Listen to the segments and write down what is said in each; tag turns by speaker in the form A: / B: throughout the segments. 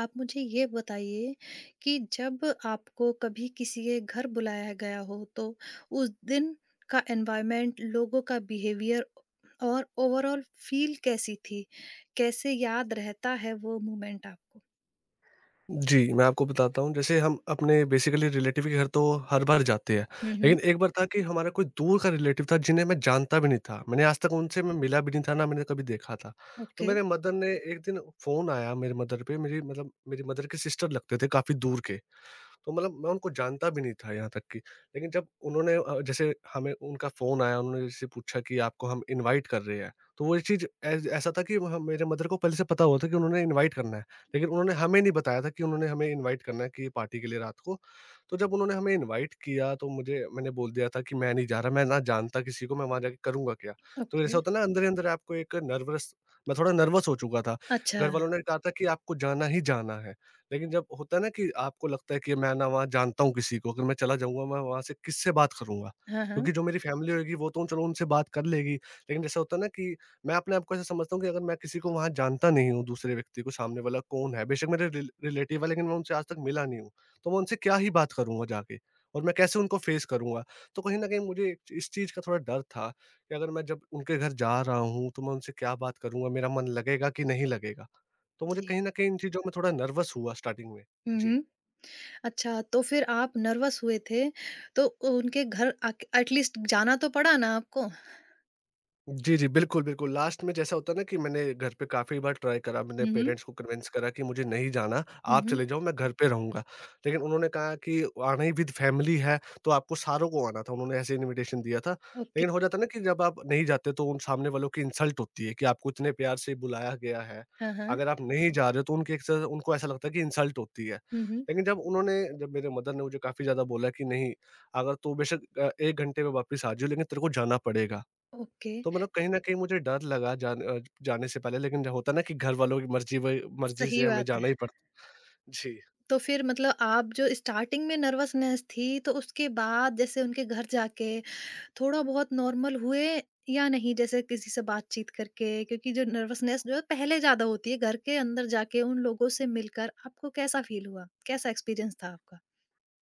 A: आप मुझे ये बताइए कि जब आपको कभी किसी के घर बुलाया गया हो तो उस दिन का एनवायरनमेंट, लोगों का बिहेवियर और ओवरऑल फील कैसी थी? कैसे याद रहता है वो मोमेंट आपको?
B: जी, मैं आपको बताता हूँ। जैसे हम अपने बेसिकली रिलेटिव के घर तो हर बार जाते हैं,
A: हुँ, हुँ।
B: लेकिन एक बार था कि हमारा कोई दूर का रिलेटिव था जिन्हें मैं जानता भी नहीं था। मैंने आज तक उनसे मैं मिला भी नहीं था, ना मैंने कभी देखा था। तो
A: ओके,
B: मेरे मदर ने एक दिन, फ़ोन आया मेरे मदर पे, मेरी मतलब मेरी मदर के सिस्टर लगते थे काफ़ी दूर के। तो मतलब मैं उनको जानता भी नहीं था यहाँ तक कि। लेकिन जब उन्होंने जैसे हमें उनका फ़ोन आया, उन्होंने जैसे पूछा कि आपको हम इनवाइट कर रहे हैं। तो वो ये चीज़ ऐस ऐसा था कि ह मेरे मदर को पहले से पता हुआ था कि उन्होंने इनवाइट करना है। लेकिन उन्होंने हमें नहीं बताया था कि उन्होंने हमें इनवाइट करना है कि पार्टी के लिए रात को। तो जब उन्होंने हमें इनवाइट किया तो मुझे मैंने बोल दिया था कि मैं नहीं जा रहा, मैं ना जानता किसी को, मैं वहाँ जाके करूँगा क्या? तो
A: ओके।
B: ऐसा होता है ना, अंदर ही अंदर आपको एक नर्वस, मैं थोड़ा नर्वस हो चुका था।
A: अच्छा।
B: घर वालों ने कहा था कि आपको जाना ही जाना है। लेकिन जब होता है ना कि आपको लगता है कि मैं ना वहाँ जानता हूँ किसी को, अगर मैं चला जाऊँगा मैं वहाँ से किससे बात करूँगा?
A: हाँ, हाँ।
B: क्योंकि जो मेरी फैमिली होएगी वो तो चलो उनसे बात कर लेगी, लेकिन जैसा होता है ना कि मैं अपने आप को ऐसा समझता हूँ कि अगर मैं किसी को वहाँ जानता नहीं हूँ, दूसरे व्यक्ति को सामने वाला कौन है, बेशक मेरे रिलेटिव है लेकिन मैं उनसे आज तक मिला नहीं हूँ, तो मैं उनसे क्या ही बात करूँगा जाके? और मैं कैसे उनको फेस करूँगा? तो कहीं न कहीं मुझे इस चीज़ का थोड़ा डर था, कि अगर मैं जब उनके घर जा रहा हूँ, तो मैं उनसे क्या बात करूँगा? मेरा मन लगेगा कि नहीं लगेगा? तो मुझे
A: जी।
B: कहीं न कहीं इन चीज़ों में थोड़ा नर्वस हुआ स्टार्टिंग में।
A: हुँ,
B: जी।
A: हुँ। अच्छा तो फिर आप नर्वस हुए थे तो उनके घर आके एटलीस्ट जाना तो पड़ा ना आपको?
B: जी, जी। बिल्कुल, बिल्कुल। लास्ट में जैसा होता है ना कि मैंने घर पे काफ़ी बार ट्राई करा, मैंने
A: हुँ, हुँ।
B: पेरेंट्स को कन्विंस करा कि मुझे नहीं जाना,
A: हुँ,
B: आप
A: हुँ।
B: चले जाओ, मैं घर पे रहूँगा। लेकिन उन्होंने कहा कि आना ही विद फैमिली है, तो आपको सारों को आना था, उन्होंने ऐसे इन्विटेशन दिया था।
A: ओके।
B: लेकिन हो जाता है ना कि जब आप नहीं जाते तो उन सामने वालों की इंसल्ट होती है कि आपको इतने प्यार से बुलाया गया है,
A: हाँ, हाँ।
B: अगर आप नहीं जा रहे हो तो उनकी एक तरह से उनको ऐसा लगता है कि इंसल्ट होती है।
A: हुँ, हुँ।
B: लेकिन जब उन्होंने, जब मेरे मदर ने मुझे काफ़ी ज़्यादा बोला कि नहीं, अगर तू बेशक 1 घंटे में वापस आ जाइयो लेकिन तेरे को जाना पड़ेगा।
A: ओके,
B: तो मतलब कहीं न कहीं मुझे डर लगा जाने से पहले, लेकिन जो होता है ना कि घर वालों की मर्ज़ी से
A: सही
B: हमें
A: बात है।
B: जाना ही पड़ जी।
A: तो फिर मतलब आप जो स्टार्टिंग में नर्वसनेस थी, तो उसके बाद जैसे उनके घर जाके थोड़ा बहुत नॉर्मल हुए या नहीं? जैसे किसी से बातचीत करके क्योंकि जो नर्वसनेस जो है पहले ज़्यादा होती है, घर के अंदर जाके उन लोगों से मिलकर आपको कैसा फ़ील हुआ? कैसा एक्सपीरियंस था आपका?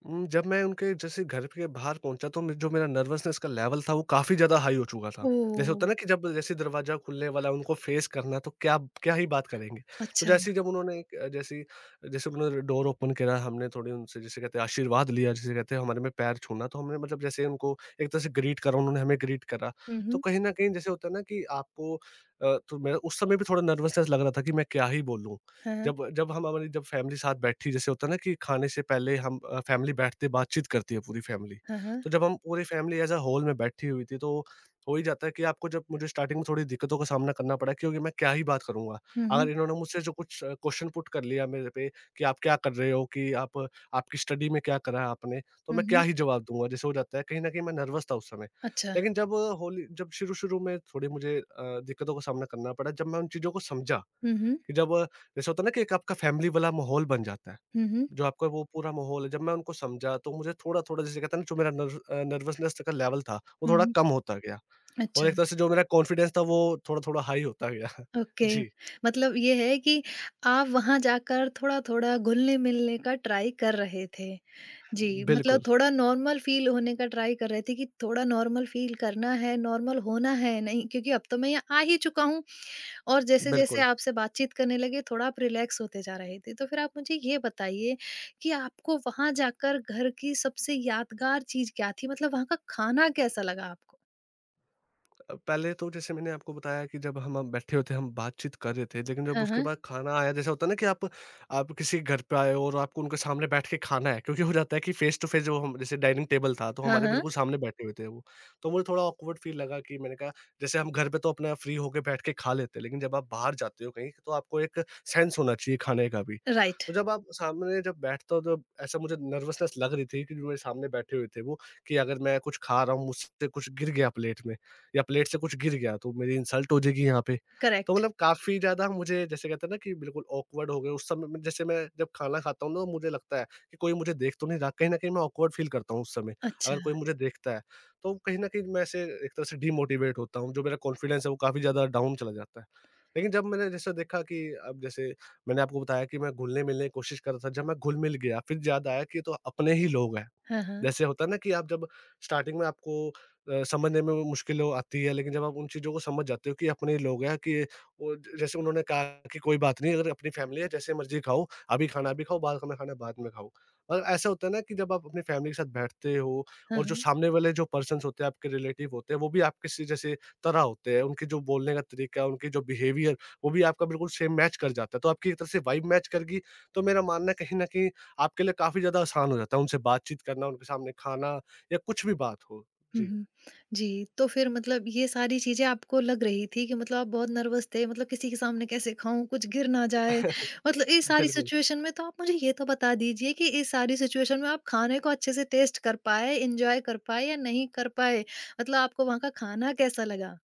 B: जब मैं उनके जैसे घर के बाहर पहुँचा तो मैं, जो मेरा नर्वसनेस का लेवल था, वो काफ़ी ज़्यादा हाई हो चुका था। जैसे होता है
A: ओह!
B: ना कि जब जैसे दरवाज़ा खुलने वाला है, उनको फेस करना है तो क्या क्या ही बात करेंगे। तो
A: अच्छा।
B: जैसे ही जब उन्होंने जैसे ही जैसे उन्होंने डोर ओपन करा, हमने थोड़ी उनसे, जिसे कहते हैं, आशीर्वाद लिया, जिसे कहते हैं हमारे में पैर छूना, तो हमने मतलब जैसे उनको एक तरह से ग्रीट करा, उन्होंने हमें ग्रीट करा।
A: हुँ,
B: तो
A: हुँ।
B: कहीं न कहीं जैसे होता है ना कि आपको तो मेरा उस समय भी थोड़ा नर्वसनेस लग रहा था कि मैं क्या ही बोलूँ?
A: हाँ,
B: जब जब हम हमारी जब फैमिली साथ बैठी, जैसे होता है ना कि खाने से पहले हम फैमिली बैठते बातचीत करती है पूरी फैमिली।
A: हाँ, हाँ।
B: तो जब हम पूरी फैमिली एज़ अ होल में बैठी हुई थी, तो हो ही जाता है कि आपको, जब मुझे स्टार्टिंग में थोड़ी दिक्कतों का सामना करना पड़ा, क्योंकि मैं क्या ही बात करूँगा।
A: हुँ,
B: अगर
A: हुँ।
B: इन्होंने मुझसे जो कुछ क्वेश्चन पुट कर लिया मेरे पे कि आप क्या कर रहे हो? कि आप आपकी स्टडी में क्या करा है आपने? तो
A: हुँ,
B: मैं क्या
A: हुँ।
B: ही जवाब दूँगा? जैसे हो जाता है, कहीं न कहीं मैं नर्वस था उस समय।
A: अच्छा।
B: लेकिन जब होली, जब शुरू-शुरू में थोड़ी मुझे दिक्कतों का सामना करना पड़ा, जब मैं उन चीज़ों को समझा।
A: हुँ, हुँ।
B: कि जब जैसे होता है ना कि एक आपका फैमिली वाला माहौल बन जाता है,
A: हुँ, हुँ।
B: जो आपका वो पूरा माहौल है, जब मैं उनको समझा तो मुझे थोड़ा-थोड़ा, जैसे कहते हैं ना, जो मेरा नर्वसनेस का लेवल था, वो
A: हुँ,
B: थोड़ा
A: हुँ।
B: कम होता गया, और
A: अच्छा।
B: एक तरह से जो मेरा कॉन्फिडेंस था वो थोड़ा-थोड़ा हाई होता गया।
A: ओके,
B: जी,
A: मतलब ये है कि आप वहाँ जाकर थोड़ा-थोड़ा घुलने-मिलने का ट्राई कर रहे थे। जी, मतलब
B: बिल्कुल,
A: थोड़ा नॉर्मल फ़ील होने का ट्राई कर रहे थे कि थोड़ा नॉर्मल फ़ील करना है, नॉर्मल होना है नहीं क्योंकि अब तो मैं यहाँ आ ही चुका हूँ और जैसे-जैसे
B: बिल्कुल।
A: आपसे बातचीत करने लगे थोड़ा आप रिलैक्स होते जा रहे थे। तो फिर आप मुझे ये बताइए कि आपको वहाँ जाकर घर की सबसे यादगार चीज़ क्या थी? मतलब वहाँ का खाना कैसा लगा आपको?
B: पहले तो जैसे मैंने आपको बताया कि जब हम बैठे होते, हम बातचीत कर रहे थे, लेकिन जब
A: हाँ,
B: उसके
A: हाँ।
B: बाद खाना आया, जैसा होता है ना कि आप किसी घर पे आए हो और आपको उनके सामने बैठ के खाना है, क्योंकि हो जाता है कि फेस टू फेस, जो हम जैसे डाइनिंग टेबल था, तो
A: हाँ,
B: हमारे
A: हाँ।
B: बिल्कुल सामने बैठे हुए थे वो। तो मुझे थोड़ा ऑकवर्ड फील लगा, कि मैंने कहा जैसे हम घर पे तो अपना फ्री होके बैठ के खा लेते हैं, लेकिन जब आप बाहर जाते हो कहीं, तो आपको एक सेंस होना चाहिए खाने का भी।
A: राइट,
B: तो जब आप सामने जब बैठते हो, तो ऐसा मुझे नर्वसनेस लग रही थी, कि जो मेरे सामने बैठे हुए थे वो, कि अगर मैं कुछ खा रहा हूँ, मुझसे कुछ गिर गया प्लेट में, या प्लेट से कुछ गिर गया तो मेरी इंसल्ट हो जाएगी यहाँ पे। तो
A: करेक्ट।
B: मतलब काफ़ी ज़्यादा मुझे, जैसे कहते हैं ना, कि बिल्कुल ऑकवर्ड हो गए उस समय में, जैसे मैं जब खाना खाता हूँ ना तो मुझे लगता है कि कोई मुझे देख तो नहीं रहा। कहीं न कहीं मैं ऑकवर्ड फ़ील करता हूँ उस समय।
A: अच्छा।
B: अगर कोई मुझे देखता है तो कहीं न कहीं मैं ऐसे एक तरह से डीमोटिवेट होता हूँ। जो मेरा कॉन्फिडेंस है वो काफ़ी ज़्यादा डाउन चला जाता है। लेकिन जब मैंने जैसे देखा कि, अब जैसे मैंने आपको बताया कि मैं घुलने-मिलने की कोशिश कर रहा था। जब मैं घुल-मिल गया, फिर याद आया कि ये तो अपने ही लोग हैं।
A: हाँ, हाँ।
B: जैसे होता है ना कि आप जब स्टार्टिंग में आपको समझने में वो मुश्किल हो आती है, लेकिन जब आप उन चीज़ों को समझ जाते हो कि अपने लोग हैं, कि वो जैसे उन्होंने कहा कि कोई बात नहीं, अगर अपनी फ़ैमिली है जैसे मर्ज़ी खाओ, अभी खाना अभी खाओ, बाहर खाना खाना बाद में खाओ। और ऐसा होता है ना कि जब आप अपनी फ़ैमिली के साथ बैठते हो,
A: हाँ,
B: और जो
A: हाँ।
B: सामने वाले जो पर्सन्स होते हैं, आपके रिलेटिव होते हैं, वो भी आपके से जैसे तरह होते हैं, उनके जो बोलने का तरीका, उनके जो बिहेवियर, वो भी आपका बिल्कुल सेम मैच कर जाता है। तो आपकी एक तरह से वाइब मैच कर गई, तो मेरा मानना है कहीं न कहीं आपके लिए काफ़ी ज़्यादा आसान हो जाता है, उनसे बातचीत करना, उनके सामने खाना, या कुछ भी बात हो।
A: हुँ,
B: जी।
A: हुँ। जी, तो फिर मतलब ये सारी चीज़ें आपको लग रही थी कि मतलब आप बहुत नर्वस थे, मतलब किसी के सामने कैसे खाऊँ, कुछ गिर ना जाए। मतलब इस सारी
B: बिल्कुल।
A: सिचुएशन में तो आप मुझे ये तो बता दीजिए कि इस सारी सिचुएशन में आप खाने को अच्छे से टेस्ट कर पाए, एन्जॉय कर पाए या नहीं कर पाए? मतलब आपको वहाँ का खाना कैसा लगा?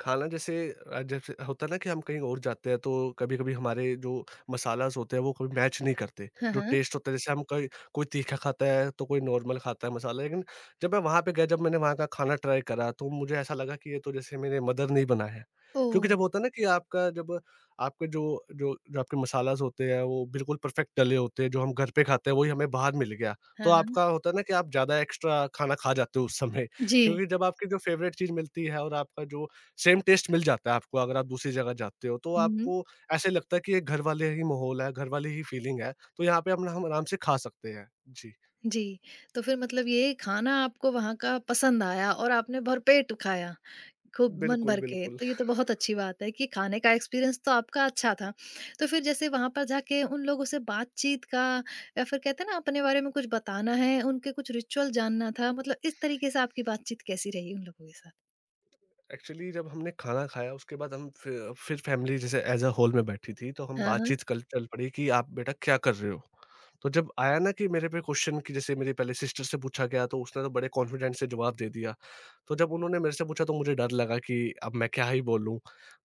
B: खाना जैसे जैसे होता है ना कि हम कहीं और जाते हैं तो कभी-कभी हमारे जो मसालाज़ होते हैं वो कभी मैच नहीं करते।
A: हाँ,
B: जो
A: हाँ।
B: टेस्ट होता है, जैसे हम कहीं, कोई तीखा खाता है तो कोई नॉर्मल खाता है मसाला, लेकिन जब मैं वहाँ पे गया, जब मैंने वहाँ का खाना ट्राई करा, तो मुझे ऐसा लगा कि ये तो जैसे मेरे मदर ने ही बनाया है। क्योंकि
A: ओह!
B: जब होता है ना कि आपका जब, आपके जो जो जो आपके मसालाज़ होते हैं वो बिल्कुल परफेक्ट डले होते हैं, जो हम घर पे खाते हैं वही हमें बाहर मिल गया। तो
A: हाँ,
B: आपका
A: हाँ।
B: होता है ना कि आप ज़्यादा एक्स्ट्रा खाना खा जाते हो उस समय,
A: जी।
B: क्योंकि जब आपकी जो फ़ेवरेट चीज़ मिलती है और आपका जो सेम टेस्ट मिल जाता है आपको, अगर आप दूसरी जगह जाते हो, तो
A: हुँ, हुँ।
B: आपको ऐसे लगता है कि ये घर वाले ही माहौल है, घर वाली ही फीलिंग है, तो यहाँ पे हम आराम से खा सकते हैं। जी।
A: जी, तो फिर मतलब ये खाना आपको वहाँ का पसंद आया और आपने भरपेट खाया, खूब मन
B: बिल्कुल,
A: भर के।
B: बिल्कुल।
A: तो ये तो बहुत अच्छी बात है कि खाने का एक्सपीरियंस तो आपका अच्छा था। तो फिर जैसे वहाँ पर जाके उन लोगों से बातचीत का या फिर कहते हैं ना अपने बारे में कुछ बताना है, उनके कुछ रिचुअल जानना था, मतलब इस तरीके से आपकी बातचीत कैसी रही उन लोगों के साथ?
B: एक्चुअली जब हमने खाना खाया, उसके बाद हम फिर फैमिली जैसे एज अ होल में बैठी थी, तो हम
A: हाँ, हाँ।
B: बातचीत कल चल पड़ी कि आप बेटा क्या कर रहे हो? तो जब आया ना कि मेरे पे क्वेश्चन, कि जैसे मेरी पहले सिस्टर से पूछा गया तो उसने तो बड़े कॉन्फिडेंस से जवाब दे दिया। तो जब उन्होंने मेरे से पूछा तो मुझे डर लगा कि अब मैं क्या ही बोलूँ?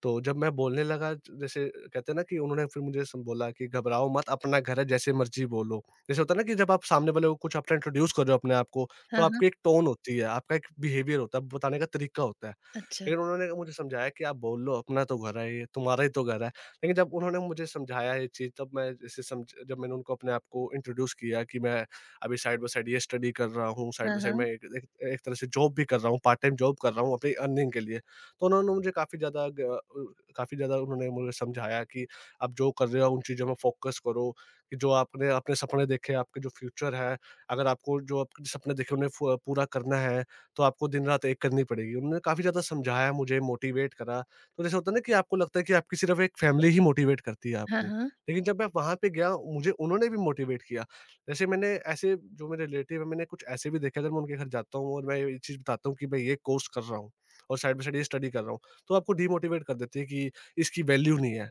B: तो जब मैं बोलने लगा, जैसे कहते हैं ना, कि उन्होंने फिर मुझे स बोला कि घबराओ मत, अपना घर है, जैसे मर्ज़ी बोलो। जैसे होता है ना कि जब आप सामने वाले को कुछ अपना इंट्रोड्यूस कर रहे हो, अपने आप को, तो
A: हाँ, हाँ।
B: आपकी एक टोन होती है, आपका एक बिहेवियर होता है, बताने का तरीका होता है।
A: अच्छा।
B: लेकिन उन्होंने मुझे समझाया कि आप बोल लो, अपना तो घर है ये, तुम्हारा ही तो घर है। लेकिन जब उन्होंने मुझे समझाया ये चीज़, तब मैं इसे समझ जब मैंने उनको अपने आप को इंट्रोड्यूस किया कि मैं अभी साइड बाय साइड ये स्टडी कर रहा हूँ, साइड बाय
A: हाँ,
B: साइड मैं
A: हाँ।
B: एक एक एक तरह से जॉब भी कर रहा हूँ, पार्ट टाइम जॉब कर रहा हूँ अपनी अर्निंग के लिए। तो उन्होंने मुझे काफ़ी ज़्यादा काफ़ी ज़्यादा उन्होंने मुझे समझाया कि आप जो कर रहे हो, उन चीज़ों में फ़ोकस करो। कि जो आपने अपने सपने देखे, आपके जो फ्यूचर है, अगर आपको जो आपके सपने देखे उन्हें फ पूरा करना है तो आपको दिन रात एक करनी पड़ेगी। उन्होंने काफ़ी ज़्यादा समझाया मुझे, मोटिवेट करा। तो जैसे होता है ना कि आपको लगता है कि आपकी सिर्फ़ एक फैमिली ही मोटिवेट करती है
A: हाँ,
B: आपको।
A: हाँ।
B: लेकिन जब मैं वहाँ पे गया, मुझे उन्होंने भी मोटिवेट किया। जैसे मैंने, ऐसे जो मेरे रिलेटिव हैं, मैंने कुछ ऐसे भी देखे, अगर मैं उनके घर जाता हूँ और मैं ये चीज़ बताता हूँ कि मैं ये कोर्स कर रहा हूँ और साइड बाय साइड ये स्टडी कर रहा हूँ, तो आपको डीमोटिवेट कर देती है कि इसकी वैल्यू नहीं है।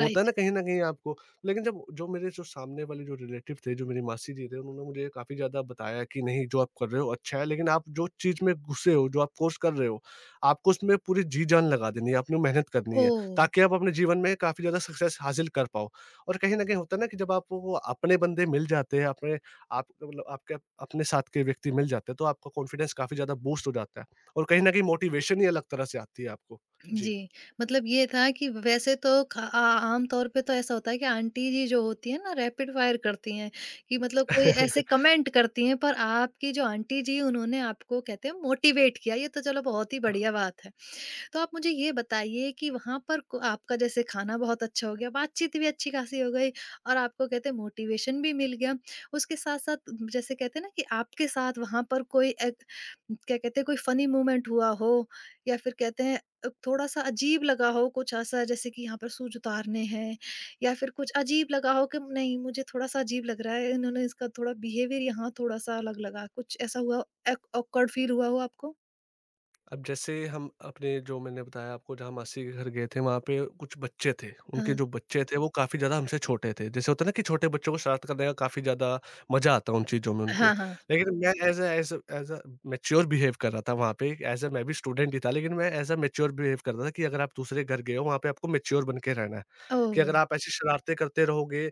B: होता है ना, कहीं न कहीं आपको। लेकिन जब जो मेरे, जो सामने वाले, जो रिलेटिव थे, जो मेरी मासी जी थे, उन्होंने मुझे काफ़ी ज़्यादा बताया कि नहीं, जो आप कर रहे हो अच्छा है, लेकिन आप जो चीज़ में घुसे हो, जो आप कोर्स कर रहे हो, आपको उसमें पूरी जी-जान लगा देनी है, आपने मेहनत करनी है,
A: ओह!
B: ताकि आप अपने जीवन में काफ़ी ज़्यादा सक्सेस हासिल कर पाओ। और कहीं न कहीं होता है ना, कि जब आपको वो अपने बंदे मिल जाते हैं, अपने आप, मतलब आपके अपने साथ के व्यक्ति मिल जाते हैं, तो आपका कॉन्फिडेंस काफ़ी ज़्यादा बूस्ट हो जाता है और कहीं न कहीं मोटिवेशन ही अलग तरह से आती है आपको। जी।
A: जी, मतलब ये था कि वैसे तो ख आ आम तौर पे तो ऐसा होता है कि आंटी जी जो होती हैं ना रैपिड फायर करती हैं, कि मतलब कोई ऐसे कमेंट करती हैं पर आपकी जो आंटी जी उन्होंने आपको कहते हैं मोटिवेट किया, ये तो चलो बहुत ही बढ़िया बात है। तो आप मुझे ये बताइए कि वहाँ पर को आपका जैसे खाना बहुत अच्छा हो गया, बातचीत भी अच्छी खासी हो गई और आपको कहते हैं मोटिवेशन भी मिल गया। उसके साथ-साथ जैसे कहते हैं ना कि आपके साथ वहाँ पर कोई एक क्या कहते हैं कोई फनी मोमेंट हुआ हो या फिर कहते हैं थोड़ा-सा अजीब लगा हो कुछ ऐसा जैसे कि यहाँ पर सूज उतारने हैं या फिर कुछ अजीब लगा हो कि नहीं मुझे थोड़ा-सा अजीब लग रहा है, इन्होंने इसका थोड़ा बिहेवियर यहाँ थोड़ा-सा अलग लगा, कुछ ऐसा हुआ, एक ऑकवर्ड फील हुआ हो आपको?
B: अब जैसे हम अपने, जो मैंने बताया आपको, जहाँ मासी के घर गए थे, वहाँ पे कुछ बच्चे थे। उनके
A: हाँ।
B: जो बच्चे थे, वो काफ़ी ज़्यादा हमसे छोटे थे। जैसे होता है ना, कि छोटे बच्चों को शरारत करने का काफ़ी ज़्यादा मज़ा आता है, उन चीज़ों में उनको।
A: हाँ, हाँ।
B: लेकिन मैं एज़ अ मैच्योर बिहेव कर रहा था वहाँ पे। एज़ अ, मैं भी स्टूडेंट ही था, लेकिन मैं एज़ अ मैच्योर बिहेव कर रहा था कि अगर आप दूसरे घर गए हो, वहाँ पे आपको मैच्योर बन के रहना है। कि अगर
A: ओह!
B: आप ऐसी शरारतें करते रहोगे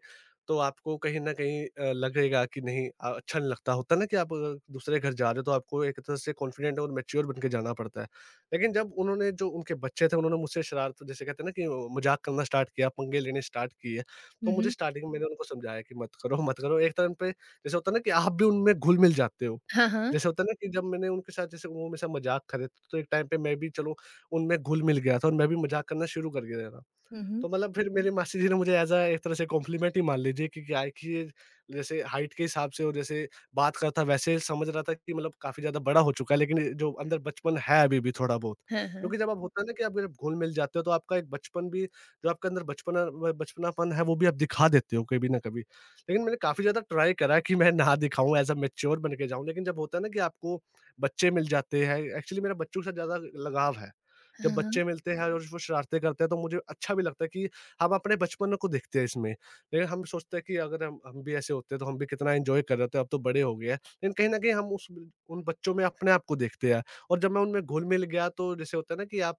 B: तो आपको कहीं न कहीं लगेगा कि नहीं, अच्छा नहीं लगता। होता है ना कि आप दूसरे घर जा रहे हो तो आपको एक तरह से कॉन्फिडेंट और मैच्योर बन के जाना पड़ता है। लेकिन जब उन्होंने, जो उनके बच्चे थे, उन्होंने मुझसे शरारत, जैसे कहते हैं ना कि, मज़ाक करना स्टार्ट किया, पंगे लेने स्टार्ट किए।
A: हुँ,
B: तो मुझे
A: हुँ।
B: स्टार्टिंग में मैंने उनको समझाया कि मत करो, मत करो। एक टाइम पे जैसे होता है ना, कि आप भी उनमें घुल-मिल जाते हो।
A: हाँ, हाँ।
B: जैसे होता है ना कि जब मैंने उनके साथ, जैसे वो मेरे साथ मज़ाक करे, तो एक टाइम पे मैं भी, चलो, उनमें घुल-मिल गया था और मैं भी मज़ाक करना शुरू कर गया था।
A: हुँ, हुँ।
B: तो मतलब फिर मेरी मासी जी ने मुझे ऐज़ अ एक तरह से कॉम्प्लीमेंट ही मान लीजिए, कि क्या है कि ये जैसे हाइट के हिसाब से और जैसे बात करता, वैसे समझ रहा था कि मतलब काफ़ी ज़्यादा बड़ा हो चुका है, लेकिन ये जो अंदर बचपन है अभी भी थोड़ा बहुत।
A: हाँ, हाँ।
B: क्योंकि जब आप, होता है ना कि आप जब घुल-मिल जाते हो, तो आपका एक बचपन भी, जो आपके अंदर बचपनापन है, वो भी आप दिखा देते हो कभी ना कभी। लेकिन मैंने काफ़ी ज़्यादा ट्राई करा कि मैं ना दिखाऊँ, ऐज़ अ मैच्योर बन के जाऊँ, लेकिन जब होता है ना कि आपको बच्चे मिल जाते हैं। एक्चुअली मेरा बच्चों के साथ ज़्यादा लगाव है। जब
A: हाँ, हाँ।
B: बच्चे मिलते हैं और वो शरारतें करते हैं, तो मुझे अच्छा भी लगता है कि हम अपने बचपन को देखते हैं इसमें। लेकिन हम सोचते हैं कि अगर हम भी ऐसे होते हैं, तो हम भी कितना एन्जॉय कर रहे होते हैं, अब तो बड़े हो गए हैं। लेकिन कहीं न कहीं हम उस उन बच्चों में अपने आप को देखते हैं। और जब मैं उनमें घुल-मिल गया, तो जैसे होता है ना कि आप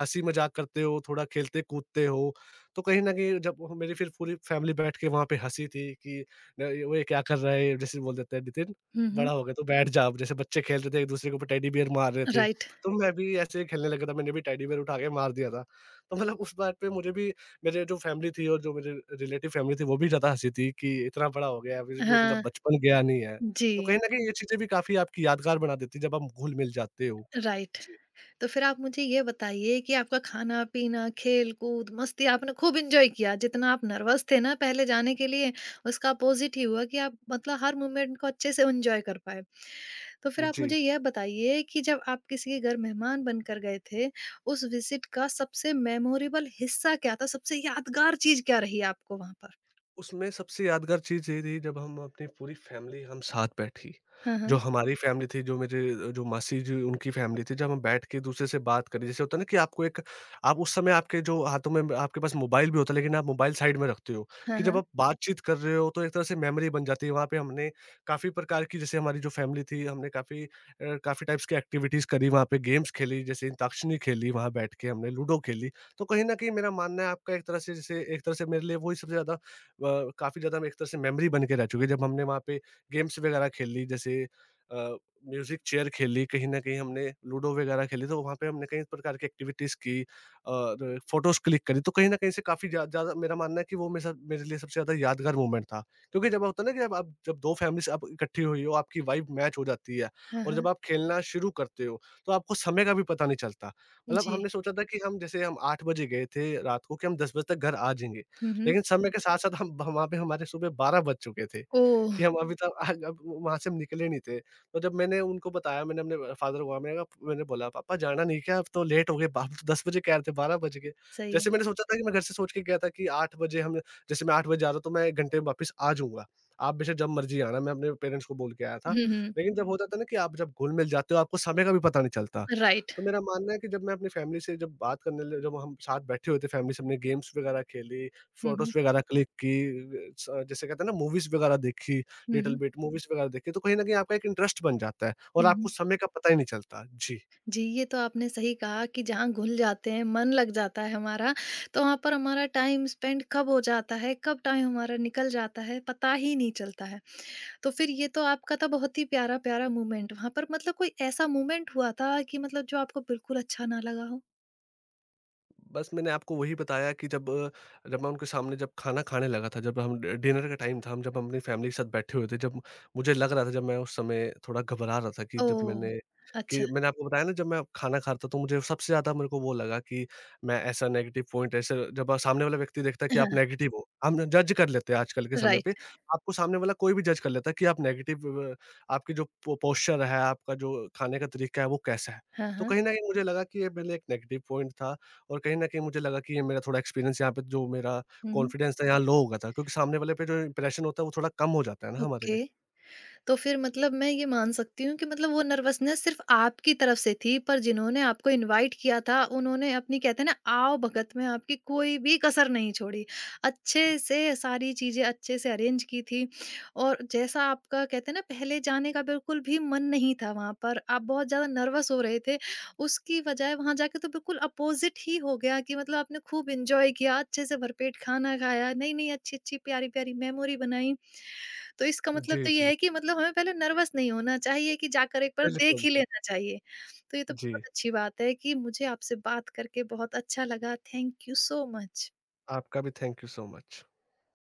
B: हँसी-मज़ाक करते हो, थोड़ा खेलते-कूदते हो, तो कहीं न कहीं जब मेरी फिर पूरी फैमिली बैठ के वहाँ पे हँसी थी कि न, "वो ये क्या कर रहा है?" जैसे बोल देते हैं, "नितिन,
A: हुँ,
B: बड़ा
A: हुँ।
B: हो गया, तो बैठ जा अब।" जैसे बच्चे खेल रहे थे, एक-दूसरे के ऊपर टेडी बियर मार रहे थे।
A: राइट।
B: तो मैं भी ऐसे ही खेलने लगा था, मैंने भी टेडी बियर उठा के मार दिया था। तो मतलब उस बात पे मुझे भी, मेरे जो फ़ैमिली थी, और जो मेरे रिलेटिव फ़ैमिली थी, वो भी ज़्यादा हँसी थी कि इतना बड़ा हो गया है, अभी भी मतलब
A: हाँ,
B: बचपन गया नहीं है। तो
A: जी,
B: कहीं न कहीं ये चीज़ें भी काफ़ी आपकी यादगार बना देती है, जब आप घुल-मिल जाते हो।
A: राइट।
B: जी,
A: तो फिर आप मुझे ये बताइए कि आपका खाना-पीना, खेल-कूद, मस्ती आपने खूब एन्जॉय किया। जितना आप नर्वस थे ना पहले जाने के लिए, उसका अपोज़िट ही हुआ कि आप मतलब हर मोमेंट को अच्छे से एन्जॉय कर पाए। तो फिर आप
B: जी।
A: मुझे यह बताइए कि जब आप किसी के घर मेहमान बनकर गए थे, उस विज़िट का सबसे मेमोरेबल हिस्सा क्या था? सबसे यादगार चीज़ क्या रही आपको वहाँ पर?
B: उसमें सबसे यादगार चीज़ ये रही, जब हम अपनी पूरी फैमिली, हम साथ बैठी।
A: हाँ,
B: जो
A: हाँ।
B: हमारी फैमिली थी, जो मेरे जो मासी जी उनकी फैमिली थी, जब हम बैठ के एक-दूसरे से बात करी, जैसे होता है ना कि आपको एक, आप उस समय, आपके जो हाथों में, आपके पास मोबाइल भी होता है, लेकिन आप मोबाइल साइड में रखते हो,
A: हाँ,
B: कि जब
A: हाँ।
B: आप बातचीत कर रहे हो तो एक तरह से मेमोरी बन जाती है। वहाँ पे हमने काफ़ी प्रकार की, जैसे हमारी जो फैमिली थी, हमने काफ़ी काफ़ी टाइप्स की एक्टिविटीज़ करी, वहाँ पे गेम्स खेली, जैसे अंताक्षरी खेली, वहाँ बैठ के हमने लूडो खेली। तो कहीं न कहीं मेरा मानना है, आपका एक तरह से, जैसे एक तरह से मेरे लिए वही सबसे ज़्यादा, व काफ़ी ज़्यादा एक तरह से मेमोरी बन के रह चुकी है। जब हमने वहाँ पे गेम्स वगैरह खेल ली, जैसे अ, म्यूज़िक चेयर खेली, कहीं न कहीं हमने लूडो वगैरह खेली, तो वहाँ पे हमने कई प्रकार की एक्टिविटीज़ की और फ़ोटोज़ क्लिक करी। तो कहीं न कहीं से काफ़ी ज़्यादा मेरा मानना है कि वो मेरे साथ, मेरे लिए सबसे ज़्यादा यादगार मोमेंट था। क्योंकि जब होता है ना कि जब आप, जब 2 फैमिलीज़ आप इकट्ठी हुई हो, आपकी वाइब मैच हो जाती है
A: हाँ,
B: और
A: हाँ।
B: जब आप खेलना शुरू करते हो, तो आपको समय का भी पता नहीं चलता। मतलब
A: जी।
B: हमने सोचा था कि हम, जैसे हम 8 बजे गए थे रात को, कि हम 10 बजे तक घर आ जाएँगे।
A: हुँ, हुँ।
B: लेकिन समय के साथ-साथ हम वहाँ पे हमारे सुबह 12 बज चुके थे।
A: ओह!
B: कि हम अभी तक आग अब वहाँ से हम निकले नहीं थे। तो जब मैंने उनको बताया, मैंने अपने फादर को कहा, मैंने कहा, मैंने बोला, "पापा, जाना नहीं क्या? अब तो लेट हो गए, बाप 10 बजे कह रहे थे, 12 बज गए।"
A: सही है।
B: जैसे मैंने सोचा था, कि मैं घर से सोच के गया था कि 8 बजे हम, जैसे मैं 8 बजे जा रहा हूँ, तो मैं 1 घंटे में वापस आ जाऊँगा। आप बेशक जब मर्ज़ी आना, मैं अपने पेरेंट्स को बोल के आया था।
A: हुँ, हुँ।
B: लेकिन जब होता था ना कि आप जब घुल-मिल जाते हो, आपको समय का भी पता नहीं चलता।
A: राइट।
B: तो मेरा मानना है कि जब मैं अपनी फैमिली से, जब बात करने ल जब हम साथ बैठे हुए थे फैमिली से, हमने गेम्स वगैरह खेली,
A: हुँ, हुँ।
B: फ़ोटोज़ वगैरह क्लिक की, स जैसे कहते हैं ना, मूवीज़ वगैरह देखी।
A: हुँ,
B: लिटिल
A: हुँ।
B: बिट मूवीज़ वगैरह देखिए, तो कहीं न कहीं आपका एक इंटरेस्ट बन जाता है और
A: हुँ,
B: आपको
A: हुँ।
B: समय का पता ही नहीं चलता। जी।
A: जी, ये तो आपने सही कहा कि जहाँ घुल जाते हैं, मन लग जाता है हमारा, तो वहाँ पर हमारा टाइम स्पेंड कब हो जाता है, कब टाइम हमारा निकल जाता है, पता ही नहीं चलता है। तो फिर ये तो आपका था बहुत ही प्यारा-प्यारा मोमेंट। वहाँ पर मतलब कोई ऐसा मोमेंट हुआ था कि मतलब जो आपको बिल्कुल अच्छा ना लगा हो?
B: बस मैंने आपको वही बताया कि जब जब मैं उनके सामने जब खाना खाने लगा था, जब हम डि डिनर का टाइम था, हम जब अपनी फैमिली के साथ बैठे हुए थे, जब मुझे लग रहा था, जब मैं उस समय थोड़ा घबरा रहा था कि जब
A: ओह!
B: मैंने, कि
A: अच्छा।
B: मैंने आपको बताया ना, जब मैं खाना खा रहा था, तो मुझे सबसे ज़्यादा, मेरे को वो लगा कि मैं ऐसा नेगेटिव पॉइंट, ऐसे जब सामने वाला व्यक्ति देखता है कि आप
A: हाँ,
B: नेगेटिव हो, हम जज कर लेते हैं आजकल के समय पे,
A: राइट।
B: आपको सामने वाला कोई भी जज कर लेता है कि आप नेगेटिव, आपकी जो पो पोस्चर है, आपका जो खाने का तरीका है, वो कैसा है।
A: हाँ,
B: तो
A: हाँ।
B: कहीं न कहीं मुझे लगा कि ये पहले एक नेगेटिव पॉइंट था। और कहीं न कहीं मुझे लगा कि ये मेरा थोड़ा एक्सपीरियंस, यहाँ पे जो मेरा
A: हुँ, हुँ।
B: कॉन्फिडेंस था, यहाँ लो हो गया था, क्योंकि सामने वाले पे जो इम्प्रेशन होता है, वो थोड़ा कम हो जाता है ना हमारे पे।
A: ओके। तो फिर मतलब मैं ये मान सकती हूँ कि मतलब वो नर्वसनेस सिर्फ आपकी तरफ से थी, पर जिन्होंने आपको इनवाइट किया था, उन्होंने अपनी कहते हैं ना आवभगत में आपकी कोई भी कसर नहीं छोड़ी। अच्छे से सारी चीज़ें अच्छे से अरेंज की थी और जैसा आपका कहते हैं ना पहले जाने का बिल्कुल भी मन नहीं था वहाँ पर, आप बहुत ज़्यादा नर्वस हो रहे थे, उसकी वज़ाय वहाँ जाके तो बिल्कुल अपोज़िट ही हो गया कि मतलब आपने खूब एन्जॉय किया, अच्छे से भरपेट खाना खाया, नई-नई अच्छी-अच्छी प्यारी-प्यारी मेमोरी बनाई। तो इसका मतलब
B: जी, जी।
A: तो ये
B: जी,
A: है कि मतलब हमें पहले नर्वस नहीं होना चाहिए कि जाकर एक बार
B: बिल्कुल,
A: देख ही
B: बिल्कुल।
A: लेना चाहिए। तो ये तो
B: जी,
A: बहुत अच्छी बात है कि मुझे आपसे बात करके बहुत अच्छा लगा। Thank you so much.
B: आपका भी थैंक यू सो मच।